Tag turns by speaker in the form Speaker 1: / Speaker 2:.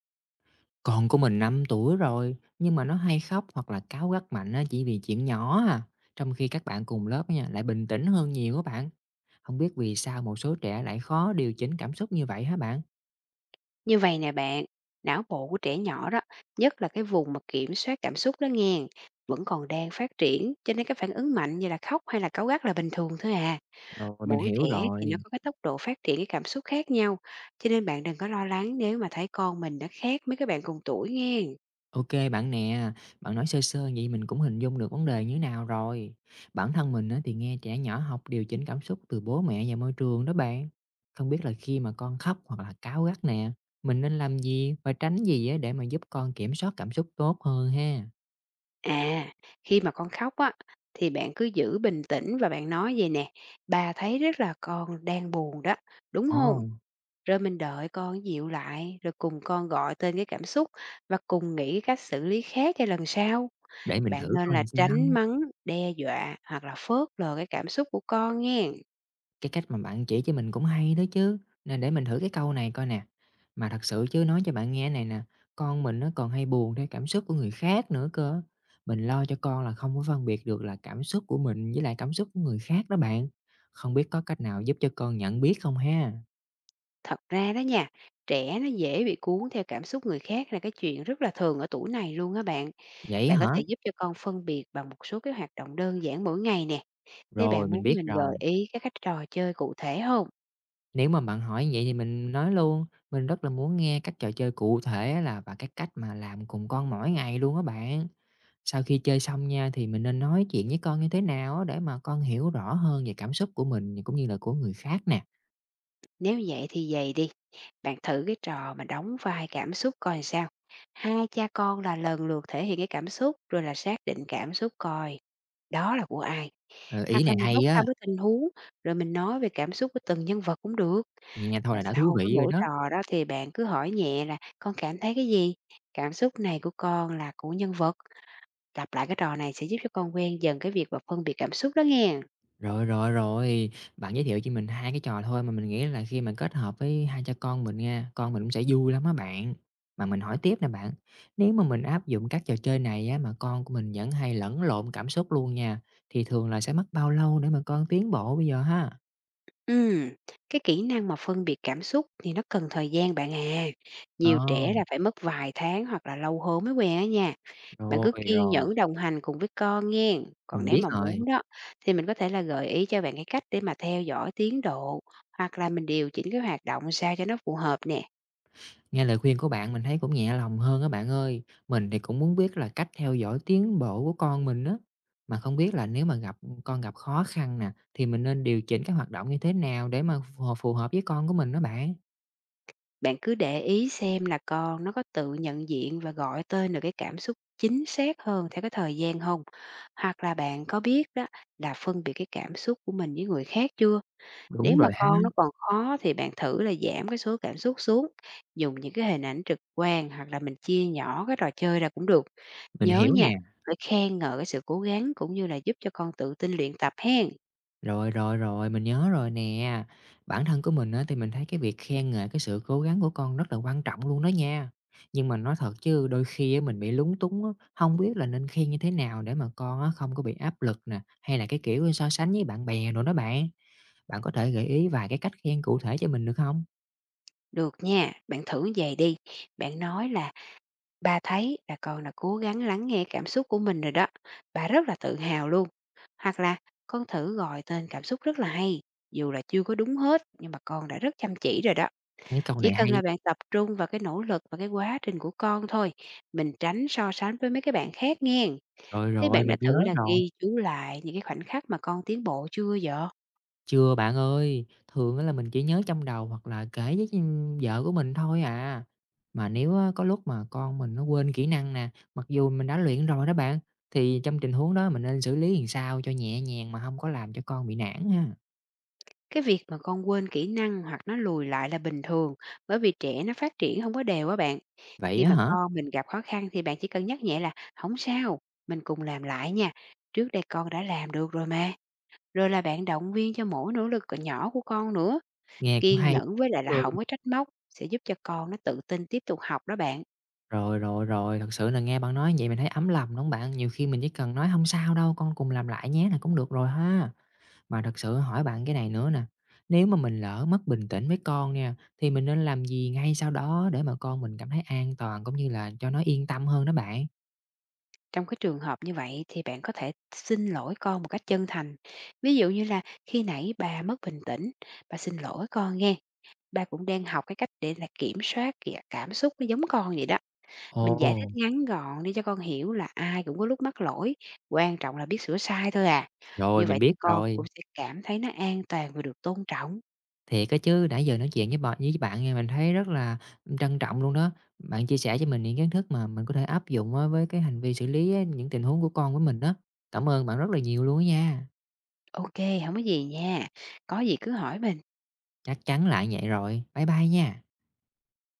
Speaker 1: Con của mình 5 tuổi rồi, nhưng mà nó hay khóc hoặc là cáu gắt mạnh á, chỉ vì chuyện nhỏ à. Trong khi các bạn cùng lớp á nha, lại bình tĩnh hơn nhiều các bạn. Không biết vì sao một số trẻ lại khó điều chỉnh cảm xúc như vậy hả bạn?
Speaker 2: Như vậy nè bạn, não bộ của trẻ nhỏ đó, nhất là cái vùng mà kiểm soát cảm xúc đó nghe, vẫn còn đang phát triển, cho nên cái phản ứng mạnh như là khóc hay là cáu gắt là bình thường thôi à.
Speaker 1: Rồi, mình
Speaker 2: Mỗi
Speaker 1: hiểu
Speaker 2: trẻ thì nó
Speaker 1: rồi.
Speaker 2: có cái tốc độ phát triển cái cảm xúc khác nhau, cho nên bạn đừng có lo lắng nếu mà thấy con mình nó khác mấy các bạn cùng tuổi nghe.
Speaker 1: Ok bạn nè, bạn nói sơ sơ vậy mình cũng hình dung được vấn đề như thế nào rồi. Bản thân mình á, thì nghe trẻ nhỏ học điều chỉnh cảm xúc từ bố mẹ và môi trường đó bạn. Không biết là khi mà con khóc hoặc là cáu gắt nè, mình nên làm gì và tránh gì á, để mà giúp con kiểm soát cảm xúc tốt hơn ha.
Speaker 2: À, khi mà con khóc á, thì bạn cứ giữ bình tĩnh và bạn nói vầy nè: "Bà thấy rất là con đang buồn đó, đúng
Speaker 1: Ồ,
Speaker 2: không?" Rồi mình đợi con dịu lại, rồi cùng con gọi tên cái cảm xúc và cùng nghĩ cách xử lý khác cho lần sau.
Speaker 1: để mình
Speaker 2: Bạn
Speaker 1: thử
Speaker 2: nên
Speaker 1: coi
Speaker 2: là
Speaker 1: làm
Speaker 2: tránh
Speaker 1: sao.
Speaker 2: mắng, đe dọa hoặc là phớt lờ cái cảm xúc của con nghe.
Speaker 1: Cái cách mà bạn chỉ cho mình cũng hay đó chứ, nên để mình thử cái câu này coi nè. Mà thật sự chứ nói cho bạn nghe này nè, con mình nó còn hay buồn theo cảm xúc của người khác nữa cơ. Mình lo cho con là không có phân biệt được là cảm xúc của mình với lại cảm xúc của người khác đó bạn. Không biết có cách nào giúp cho con nhận biết không ha?
Speaker 2: Thật ra đó nha, trẻ nó dễ bị cuốn theo cảm xúc người khác là cái chuyện rất là thường ở tuổi này luôn á bạn.
Speaker 1: Vậy
Speaker 2: Bạn có
Speaker 1: hả?
Speaker 2: thể giúp cho con phân biệt bằng một số cái hoạt động đơn giản mỗi ngày nè. Thế
Speaker 1: Rồi,
Speaker 2: bạn
Speaker 1: mình
Speaker 2: muốn
Speaker 1: biết
Speaker 2: mình
Speaker 1: rồi.
Speaker 2: gợi ý các cách trò chơi cụ thể không?
Speaker 1: Nếu mà bạn hỏi vậy thì mình nói luôn. Mình rất là muốn nghe các trò chơi cụ thể là và cái cách mà làm cùng con mỗi ngày luôn á bạn. Sau khi chơi xong nha, thì mình nên nói chuyện với con như thế nào á, để mà con hiểu rõ hơn về cảm xúc của mình cũng như là của người khác nè?
Speaker 2: Nếu vậy thì vậy đi. Bạn thử cái trò mà đóng vai cảm xúc coi làm sao. Hai cha con là lần lượt thể hiện cái cảm xúc rồi là xác định cảm xúc coi đó là của ai.
Speaker 1: Ờ, ý
Speaker 2: Hoặc là
Speaker 1: này
Speaker 2: mình
Speaker 1: hay
Speaker 2: bốc
Speaker 1: á,
Speaker 2: thăm cái tình huống rồi mình nói về cảm xúc của từng nhân vật cũng được.
Speaker 1: nghe nghe thôi
Speaker 2: Và
Speaker 1: là đã thú
Speaker 2: sau cái
Speaker 1: vị rồi
Speaker 2: mỗi
Speaker 1: đó.
Speaker 2: trò đó thì bạn cứ hỏi nhẹ là con cảm thấy cái gì? Cảm xúc này của con là của nhân vật. Lặp lại cái trò này sẽ giúp cho con quen dần cái việc và phân biệt cảm xúc đó nghe.
Speaker 1: Rồi, rồi, rồi, bạn giới thiệu cho mình 2 cái trò thôi mà mình nghĩ là khi mà kết hợp với hai cha con mình nha, con mình cũng sẽ vui lắm á bạn. Mà mình hỏi tiếp nè bạn, nếu mà mình áp dụng các trò chơi này á, mà con của mình vẫn hay lẫn lộn cảm xúc luôn nha, thì thường là sẽ mất bao lâu để mà con tiến bộ bây giờ ha?
Speaker 2: Ừm, cái kỹ năng mà phân biệt cảm xúc thì nó cần thời gian bạn à.
Speaker 1: Ờ,
Speaker 2: Nhiều trẻ là phải mất vài tháng hoặc là lâu hơn mới quen á nha. Bạn
Speaker 1: rồi,
Speaker 2: cứ kiên
Speaker 1: rồi,
Speaker 2: nhẫn đồng hành cùng với con nghe. Còn
Speaker 1: mình
Speaker 2: nếu
Speaker 1: biết
Speaker 2: mà
Speaker 1: rồi.
Speaker 2: muốn đó thì mình có thể là gợi ý cho bạn cái cách để mà theo dõi tiến độ, hoặc là mình điều chỉnh cái hoạt động sao cho nó phù hợp nè.
Speaker 1: Nghe lời khuyên của bạn mình thấy cũng nhẹ lòng hơn á bạn ơi. Mình thì cũng muốn biết là cách theo dõi tiến bộ của con mình đó, mà không biết là nếu mà gặp con gặp khó khăn nè, thì mình nên điều chỉnh các hoạt động như thế nào để mà phù phù hợp với con của mình đó bạn?
Speaker 2: Bạn cứ để ý xem là con nó có tự nhận diện và gọi tên được cái cảm xúc chính xác hơn theo cái thời gian không? Hoặc là bạn có biết đó là phân biệt cái cảm xúc của mình với người khác chưa? Nếu
Speaker 1: Đúng
Speaker 2: mà
Speaker 1: rồi ha,
Speaker 2: con nó còn khó thì bạn thử là giảm cái số cảm xúc xuống, dùng những cái hình ảnh trực quan hoặc là mình chia nhỏ cái trò chơi ra cũng được.
Speaker 1: mình
Speaker 2: Nhớ
Speaker 1: hiểu
Speaker 2: nha,
Speaker 1: nè.
Speaker 2: phải khen ngợi cái sự cố gắng cũng như là giúp cho con tự tin luyện tập hen.
Speaker 1: Rồi, rồi, rồi, mình nhớ rồi nè. Bản thân của mình á, thì mình thấy cái việc khen ngợi cái sự cố gắng của con rất là quan trọng luôn đó nha. Nhưng mà nói thật chứ đôi khi á, mình bị lúng túng á, không biết là nên khen như thế nào để mà con á, không có bị áp lực nè, hay là cái kiểu so sánh với bạn bè rồi đó bạn. Bạn có thể gợi ý vài cái cách khen cụ thể cho mình được không?
Speaker 2: Được nha, bạn thử như vậy đi. Bạn nói là: ba thấy là con là cố gắng lắng nghe cảm xúc của mình rồi đó, bà rất là tự hào luôn. Hoặc là con thử gọi tên cảm xúc rất là hay. Dù là chưa có đúng hết nhưng mà con đã rất chăm chỉ rồi đó.
Speaker 1: Cái câu
Speaker 2: Chỉ
Speaker 1: này
Speaker 2: cần
Speaker 1: hay.
Speaker 2: là bạn tập trung vào cái nỗ lực và cái quá trình của con thôi, mình tránh so sánh với mấy cái bạn khác nghen.
Speaker 1: Rồi,
Speaker 2: Thế
Speaker 1: rồi,
Speaker 2: bạn đã
Speaker 1: mình nhớ
Speaker 2: thử là
Speaker 1: rồi.
Speaker 2: ghi chú lại những cái khoảnh khắc mà con tiến bộ chưa vậy?
Speaker 1: Chưa bạn ơi, thường á là mình chỉ nhớ trong đầu hoặc là kể với, vợ của mình thôi à. Mà nếu á có lúc mà con mình nó quên kỹ năng nè, mặc dù mình đã luyện rồi đó bạn, thì trong tình huống đó mình nên xử lý làm sao cho nhẹ nhàng mà không có làm cho con bị nản ha?
Speaker 2: Cái việc mà con quên kỹ năng hoặc nó lùi lại là bình thường, bởi vì trẻ nó phát triển không có đều á bạn.
Speaker 1: Vậy
Speaker 2: Khi
Speaker 1: á
Speaker 2: mà
Speaker 1: hả?
Speaker 2: con mình gặp khó khăn thì bạn chỉ cần nhắc nhẹ là: không sao, mình cùng làm lại nha. Trước đây con đã làm được rồi mà. Rồi là bạn động viên cho mỗi nỗ lực nhỏ của con nữa.
Speaker 1: Nghe cũng
Speaker 2: Kiên
Speaker 1: hay,
Speaker 2: nhẫn với lại là
Speaker 1: ừ.
Speaker 2: không có trách móc sẽ giúp cho con nó tự tin tiếp tục học đó bạn.
Speaker 1: Rồi, rồi, rồi, thật sự là nghe bạn nói vậy mình thấy ấm lòng, đúng hông bạn? Nhiều khi mình chỉ cần nói: không sao đâu, con cùng làm lại nhé" là cũng được rồi ha. Mà thật sự hỏi bạn cái này nữa nè, nếu mà mình lỡ mất bình tĩnh với con nha, thì mình nên làm gì ngay sau đó để mà con mình cảm thấy an toàn cũng như là cho nó yên tâm hơn đó bạn?
Speaker 2: Trong cái trường hợp như vậy thì bạn có thể xin lỗi con một cách chân thành. Ví dụ như là: "Khi nãy bà mất bình tĩnh, bà xin lỗi con nghe, ba cũng đang học cái cách để là kiểm soát kìa cảm xúc nó giống con vậy đó." Mình giải thích
Speaker 1: Ồ,
Speaker 2: ngắn gọn để cho con hiểu là ai cũng có lúc mắc lỗi, quan trọng là biết sửa sai thôi à.
Speaker 1: rồi,
Speaker 2: Như vậy
Speaker 1: mình
Speaker 2: thì
Speaker 1: biết
Speaker 2: con
Speaker 1: rồi.
Speaker 2: cũng sẽ cảm thấy nó an toàn và được tôn trọng.
Speaker 1: Thiệt á chứ, nãy giờ nói chuyện với bạn nghe mình thấy rất là trân trọng luôn đó. Bạn chia sẻ cho mình những kiến thức mà mình có thể áp dụng á với cái hành vi xử lý á, những tình huống của con của mình đó. Cảm ơn bạn rất là nhiều luôn á nha.
Speaker 2: Ok không có gì nha, có gì cứ hỏi mình.
Speaker 1: Chắc chắn lại vậy rồi. Bye bye nha.